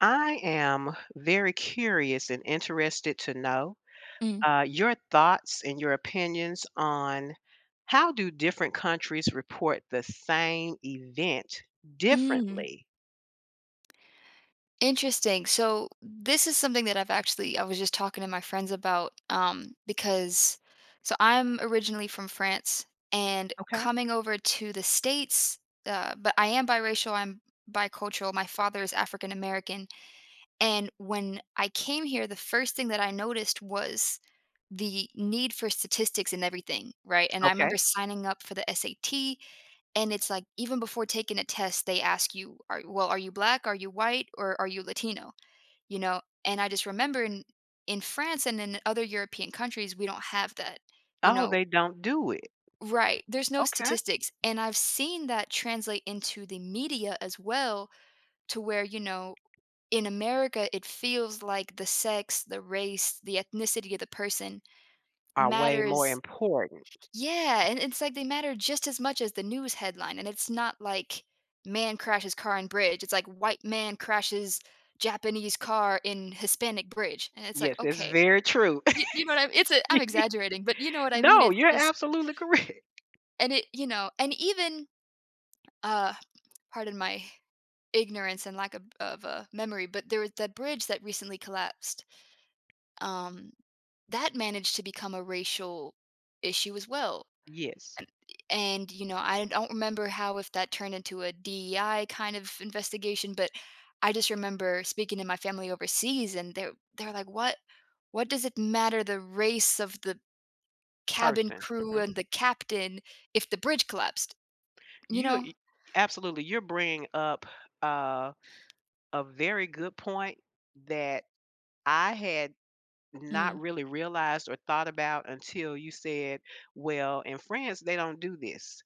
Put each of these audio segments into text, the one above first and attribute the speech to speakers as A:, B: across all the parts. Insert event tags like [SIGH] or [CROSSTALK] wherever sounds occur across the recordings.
A: I am very curious and interested to know
B: Mm.
A: your thoughts and your opinions on how do different countries report the same event
B: Mm.
A: differently?
B: Interesting. So this is something that I was just talking to my friends about because so I'm originally from France and
A: Okay.
B: coming over to the States, but I am biracial, I'm bicultural. My father is African American, and when I came here the first thing that I noticed was the need for statistics and everything, right? And I
A: Okay.
B: remember signing up for the SAT. And it's like even before taking a test, they ask you, " are you black? Are you white? Or are you Latino?" You know? And I just remember in France and in other European countries, we don't have that, you
A: Oh,
B: know.
A: they don't do it.
B: Right, there's no
A: Okay.
B: statistics, and I've seen that translate into the media as well, to where, you know, in America, it feels like the sex, the race, the ethnicity of the person
A: Are way more
B: matters.
A: important.
B: Yeah, and it's like they matter just as much as the news headline. And it's not like man crashes car in bridge. It's like white man crashes Japanese car in Hispanic bridge. And it's like,
A: Yes, that's
B: okay.
A: very true.
B: You know what I mean? I'm exaggerating, but you know
A: [LAUGHS]
B: what I mean?
A: No,
B: It's
A: you're
B: just,
A: absolutely correct.
B: and and even, uh, pardon my ignorance and lack of memory, but there was that bridge that recently collapsed. Um, that managed to become a racial issue as well.
A: Yes,
B: And, you know, I don't remember how if that turned into a DEI kind of investigation, but I just remember speaking to my family overseas, and they're like, what does it matter the race of the cabin
A: person.
B: crew
A: Mhm.
B: and the captain if the bridge collapsed? You
A: You
B: know?
A: y- Absolutely. You're bringing up uh, a very good point that I had
B: Mm.
A: not really realized or thought about until you said, "Well, in France, they don't do this."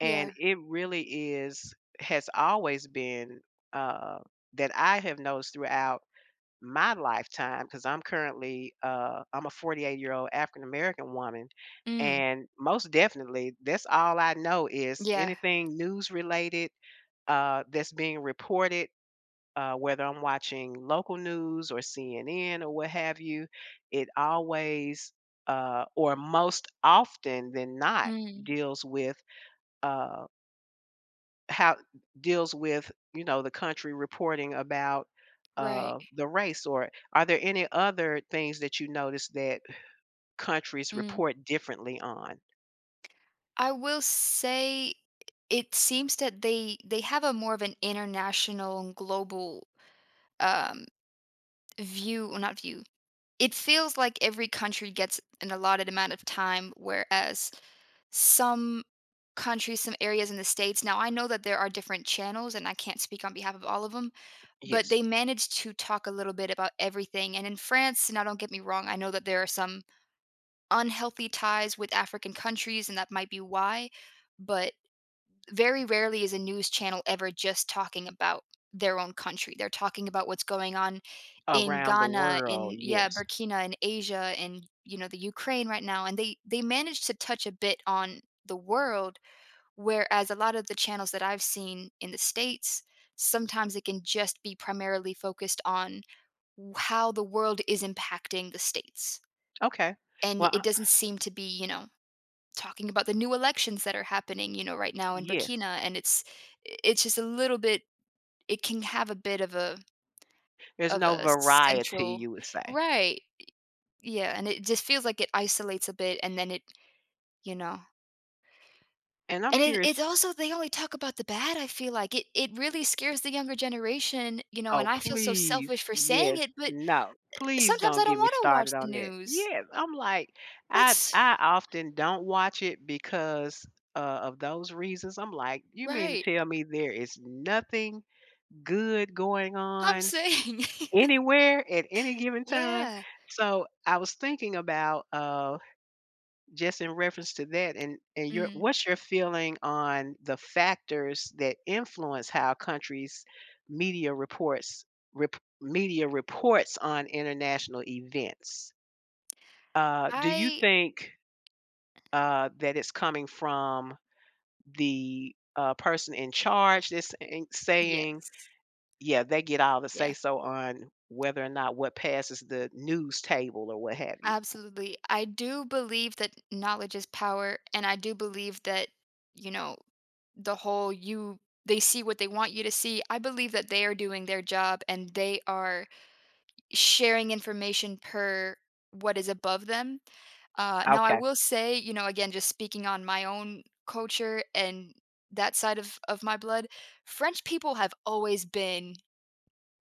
A: And
B: Yeah.
A: it really is has always been, uh, that I have noticed throughout my lifetime. Because 'cause I'm currently, I'm a 48-year-old African American woman,
B: Mm.
A: and most definitely, that's all I know is
B: Yeah.
A: anything news related, that's being reported whether I'm watching local news or CNN or what have you, it always or most often than not
B: Mm.
A: deals with uh, how deals with the country reporting about
B: Right.
A: the race. Or are there any other things that you notice that countries
B: Mm.
A: report differently on?
B: I will say it seems that they have a more of an international and global um view, well, not view. It feels like every country gets an allotted amount of time, whereas some countries, some areas in the States, now I know that there are different channels, and I can't speak on behalf of all of them, but
A: Yes,
B: they manage to talk a little bit about everything. And in France, now don't get me wrong, I know that there are some unhealthy ties with African countries, and that might be why, but very rarely is a news channel ever just talking about their own country. They're talking about what's going on in
A: around the
B: Ghana,
A: world.
B: in yeah,
A: Yes.
B: Burkina, in Asia, and you know the Ukraine right now, and they manage to touch a bit on the world. Whereas a lot of the channels that I've seen in the states, sometimes it can just be primarily focused on how the world is impacting the states,
A: Okay.
B: and
A: Well, I-
B: it doesn't seem to be you know talking about the new elections that are happening, you know, right now in
A: yes.
B: Burkina, and it's just a little bit, it can have a bit
A: There's
B: of
A: no
B: a
A: variety,
B: central.
A: you would say.
B: Right. Yeah, and it just feels like it isolates a bit and then it, you know.
A: And I'm
B: And it
A: curious.
B: it's also they only talk about the bad, I feel like. It really scares the younger generation, you know,
A: Oh,
B: and I feel so
A: please.
B: selfish for saying
A: Yes.
B: it, but
A: No. Please
B: sometimes I
A: don't get
B: don't
A: me
B: wanna
A: started
B: watch the
A: on that.
B: news.
A: Yes. I'm like, I
B: That's
A: I often don't watch it because of those reasons. I'm like, you mean to
B: right.
A: tell me there is nothing good going
B: I'm
A: on
B: saying. [LAUGHS]
A: anywhere at any given time?
B: Yeah.
A: So I was thinking about just in reference to that and your
B: Mm.
A: what's your feeling on the factors that influence how countries media reports media reports on international events. Do you
B: I
A: think that it's coming from the person in charge that's saying
B: Yes.
A: yeah they get all the say
B: Yeah.
A: so on whether or not what passes the news table or what have you.
B: Absolutely. I do believe that knowledge is power, and I do believe that, you know, the whole you they see what they want you to see. I believe that they are doing their job, and they are sharing information per what is above them. Now, I
A: Okay.
B: will say, you know, again, just speaking on my own culture and that side of my blood, French people have always been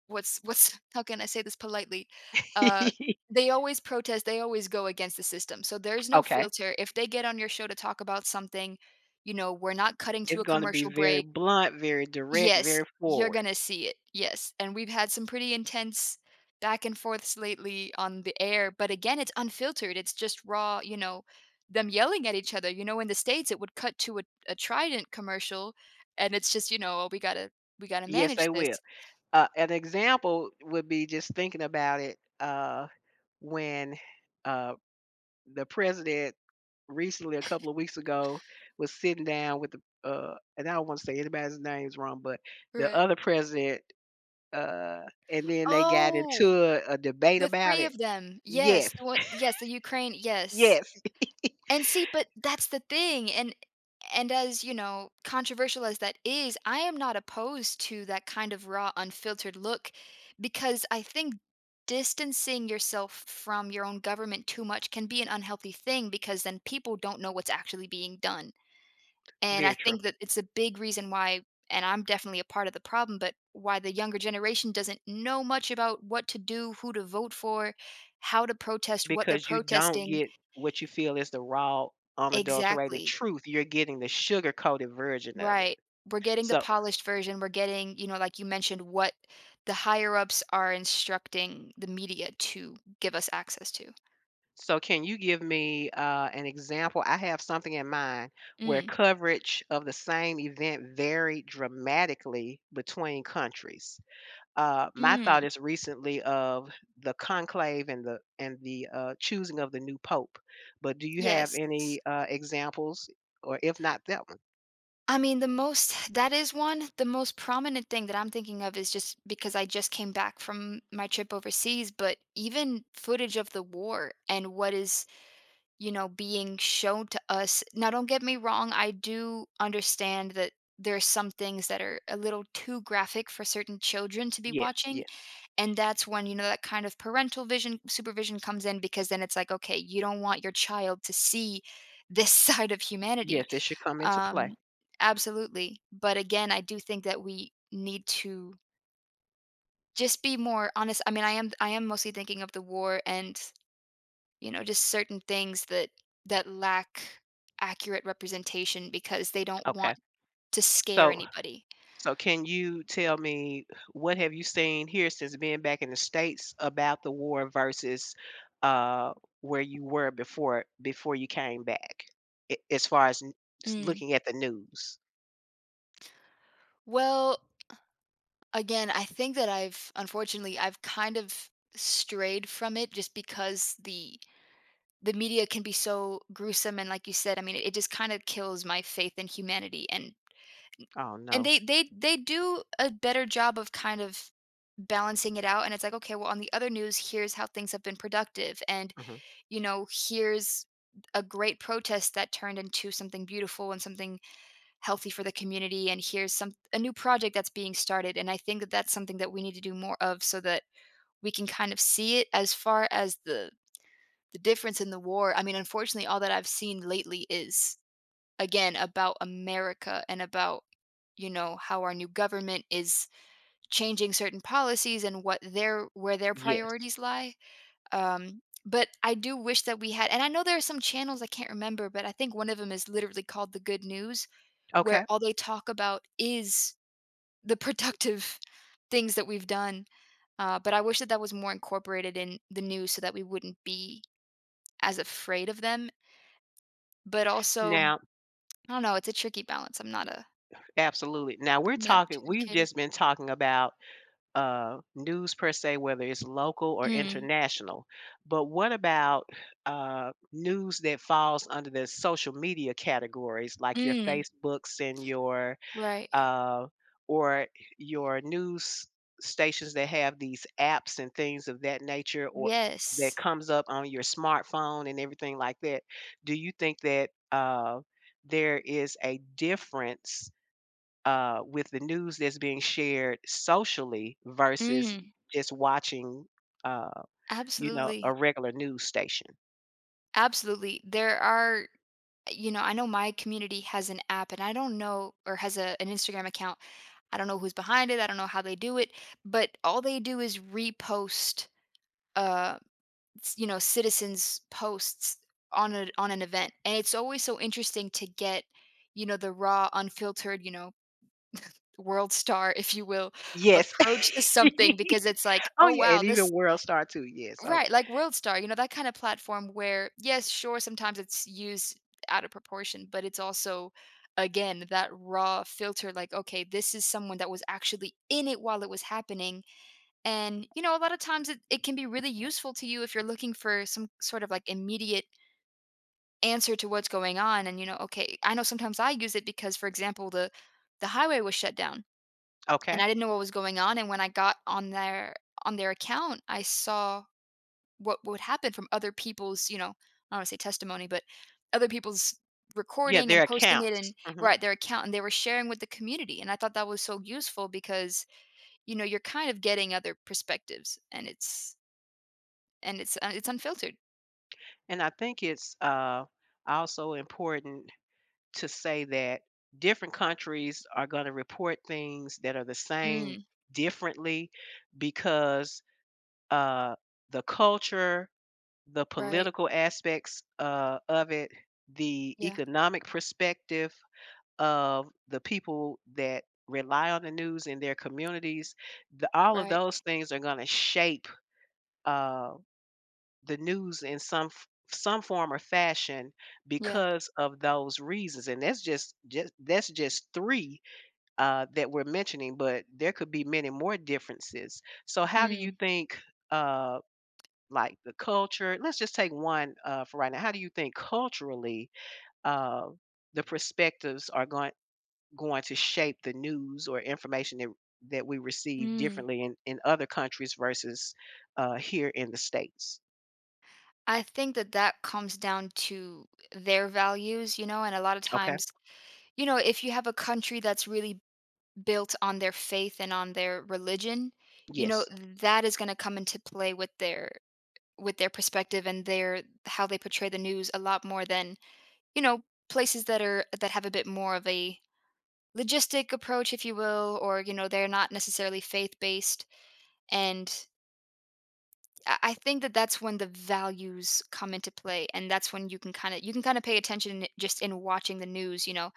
B: what's [LAUGHS] how can I say this politely? Uh, they always protest, they always go against the system. So there's
A: [LAUGHS]
B: no
A: Okay.
B: filter. If they get on your show to talk about something, you know, we're not cutting to
A: It's
B: a
A: gonna be
B: commercial
A: very
B: break.
A: blunt, very direct,
B: Yes,
A: very
B: you're
A: forward.
B: gonna see it. Yes. And we've had some pretty intense back and forths lately on the air, but again, it's unfiltered. It's just raw, you know, them yelling at each other. You know, in the States it would cut to a Trident commercial, and it's just, you know, "Oh, we gotta
A: Yes, they
B: manage
A: will.
B: this.
A: An example would be just thinking about it when uh, the president recently, a couple of weeks ago, was sitting down with the, and I don't want to say anybody's names wrong, but the
B: Right.
A: other president, uh, and then they got into
B: Oh.
A: a debate
B: The
A: about
B: 3
A: it.
B: of them.
A: Yes,
B: Yes, the one yes, the Ukraine yes.
A: yes,
B: And see, but that's the thing, and as, you know, controversial as that is, I am not opposed to that kind of raw, unfiltered look, because I think distancing yourself from your own government too much can be an unhealthy thing, because then people don't know what's actually being done.
A: [LAUGHS]
B: And
A: very
B: I
A: true.
B: think that it's a big reason why, and I'm definitely a part of the problem, but why the younger generation doesn't know much about what to do, who to vote for, how to protest, what they're
A: Because you don't
B: protesting.
A: get what you feel is the raw, unadulterated
B: Exactly.
A: truth, you're getting the sugar-coated version of it.
B: Right. We're getting the
A: So
B: polished version. We're getting, you know, like you mentioned, what the higher ups are instructing the media to give us access to.
A: so can you give me, an example? I have something in mind where
B: Mm.
A: coverage of the same event varied dramatically between countries. My thought
B: Mm.
A: is recently of the conclave and the and the choosing of the new pope, but do you have
B: Yes.
A: any, examples? Or if not that one,
B: I mean, the most that is one. The most prominent thing that I'm thinking of is just because I just came back from my trip overseas, but even footage of the war and what is, you know, being shown to us. Now, don't get me wrong, I do understand that there's some things that are a little too graphic for certain children to be
A: yes,
B: watching,
A: yes,
B: and that's when, you know, that kind of parental vision supervision comes in, because then it's like, okay, you don't want your child to see this [LAUGHS] side of humanity.
A: yes, it should come into play.
B: um, Absolutely. But again, I do think that we need to just be more honest. I mean, I am mostly thinking of the war and, you know, just certain things that that lack accurate representation because they don't
A: Okay.
B: want to scare
A: So
B: anybody.
A: So can you tell me what have you seen here since being back in the States about the war versus uh, where you were before you came back, as far as
B: Mm.
A: looking at the news?
B: Well, again, I think that I've unfortunately I've kind of strayed from it just because the media can be so gruesome, and like you said, I mean, it just kind of kills my faith in humanity. and
A: Oh
B: And
A: no.
B: they they do a better job of kind of balancing it out, and it's like, "Okay, well, on the other news, here's how things have been productive, and,
A: Hmm.
B: you know, here's a great protest that turned into something beautiful and something healthy for the community, and here's some a new project that's being started," and I think that that's something that we need to do more of, so that we can kind of see it as far as the difference in the war. I mean, unfortunately, all that I've seen lately is again about America and about you know how our new government is changing certain policies and what their where their
A: Yes.
B: priorities lie. But I do wish that we had, and I know there are some channels I can't remember, but I think one of them is literally called the Good News, where
A: Okay.
B: all they talk about is the productive [LAUGHS] things that we've done. But I wish that that was more incorporated in the news, so that we wouldn't be as afraid of them. But also, I
A: Now,
B: don't know. It's a tricky balance.
A: absolutely. Now we're
B: I'm not
A: talking.
B: too
A: We've
B: educated.
A: just been talking about news per se, whether it's local or
B: Mm,
A: international. But what about news that falls under the social media categories, like your
B: mm,
A: Facebooks and your
B: right.
A: uh, or your news stations that have these apps and things of that nature, or that
B: Yes.
A: comes up on your smartphone and everything like that? Do you think that there is a difference with the news that's being shared socially versus
B: Mm,
A: just watching, uh, you know, a
B: absolutely.
A: regular news station.
B: Absolutely. There are you know, I know my community has an app, and I don't know, or has a an Instagram account. I don't know who's behind it. I don't know how they do it, but all they do is repost uh you know, citizens posts on a on an event. And it's always so interesting to get, you know, the raw unfiltered, you know, world star [LAUGHS] if you will,
A: Yes.
B: approach to
A: [LAUGHS]
B: something because it's like,
A: Oh,
B: "Oh
A: yeah,
B: wow,
A: and even
B: this
A: World Star too, yes. Oh,
B: Right, like WorldStar, you know, that kind of platform where, yes, sure, sometimes it's used out of proportion, but it's also, again, that raw filter, like, okay, this is someone that was actually in it while it was happening. And, you know, a lot of times it can be really useful to you if you're looking for some sort of like immediate answer to what's going on. And, you know, okay, I know sometimes I use it because, for example, the highway was shut down
A: okay.
B: and I didn't know what was going on. And when I got on their account, I saw what would happen from other people's, you know, I don't wanna say testimony, but other people's
A: Yeah,
B: recording and
A: their
B: posting it
A: accounts,
B: and
A: mhm,
B: right, their account, and they were sharing with the community, and I thought that was so useful because, you know, you're kind of getting other perspectives, and it's, it's unfiltered.
A: and I think it's, also important to say that different countries are gonna report things that are the same
B: Mm,
A: differently because, uh, the culture, the
B: right.
A: political aspects of it, the
B: Yeah,
A: economic perspective of the people that rely on the news in their communities, all of
B: right.
A: those things are going to shape uh, the news in some some form or fashion
B: Yeah.
A: because of those reasons, and that's just three that we're mentioning, but there could be many more differences. So how do you
B: Mm,
A: think uh, like the culture, let's just take one for right now. How do you think culturally uh, the perspectives are going to shape the news or information that we receive
B: mm.
A: differently in other countries versus here in the states.
B: I think that that comes down to their values, you know, and a lot of
A: Okay.
B: times, you know, if you have a country that's really built on their faith and on their religion, you know,
A: Yes,
B: that is going to come into play with their perspective and their how they portray the news a lot more than, you know, places that are that have a bit more of a logistic approach if you will, or you know, they're not necessarily faith-based, and I think that that's when the values come into play, and that's when you can kind of pay attention just in watching the news, you know,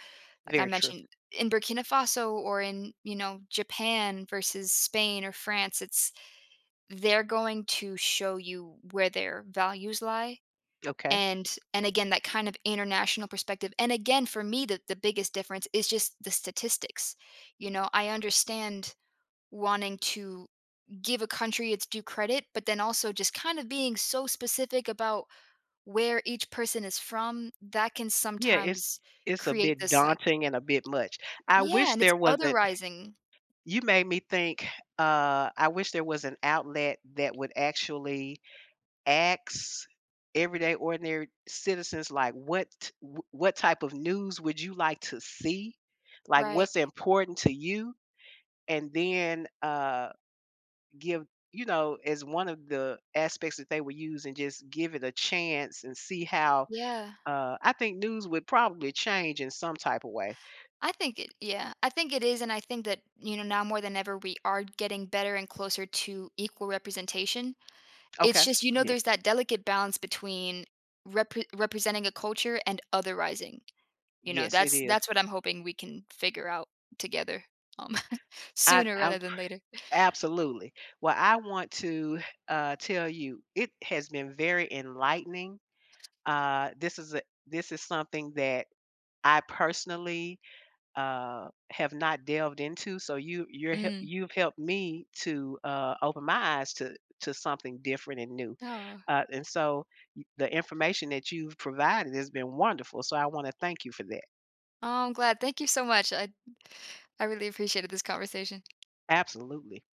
B: like I
A: very true.
B: mentioned, in Burkina Faso or in, you know, Japan versus Spain or France, it's they're going to show you where their values lie.
A: Okay.
B: And and again, that kind of international perspective. And again, for me, the biggest difference is just the statistics. You know, I understand wanting to give a country its due credit, but then also just kind of being so specific about where each person is from, that can
A: Yeah,
B: sometimes
A: it's a
B: create
A: bit
B: this like
A: daunting and a bit much. I
B: yeah,
A: wish
B: and it's
A: there wasn't.
B: otherizing.
A: You made me think. I wish there was an outlet that would actually asks everyday ordinary citizens like what type of news would you like to see, like
B: Right.
A: what's important to you, and then give, you know, as one of the aspects that they would use and just give it a chance and see how.
B: Yeah.
A: I think news would probably change in some type of way.
B: I think it yeah, I think it is, and I think that, you know, now more than ever, we are getting better and closer to equal representation. It's
A: Okay.
B: just, you know,
A: Yes.
B: there's that delicate balance between representing a culture and otherizing. You know,
A: Yes it is.
B: that's what I'm hoping we can figure out together, um, [LAUGHS]
A: i
B: sooner
A: i
B: rather than later.
A: absolutely. Well, I want to tell you it has been very enlightening. This is a this is something that I personally have not delved into. So you
B: Mm.
A: you've helped me to open my eyes to something different and new.
B: Oh.
A: And so the information that you've provided has been wonderful. So I want to thank you for that.
B: Oh, I'm glad. Thank you so much. I really appreciated this conversation.
A: Absolutely.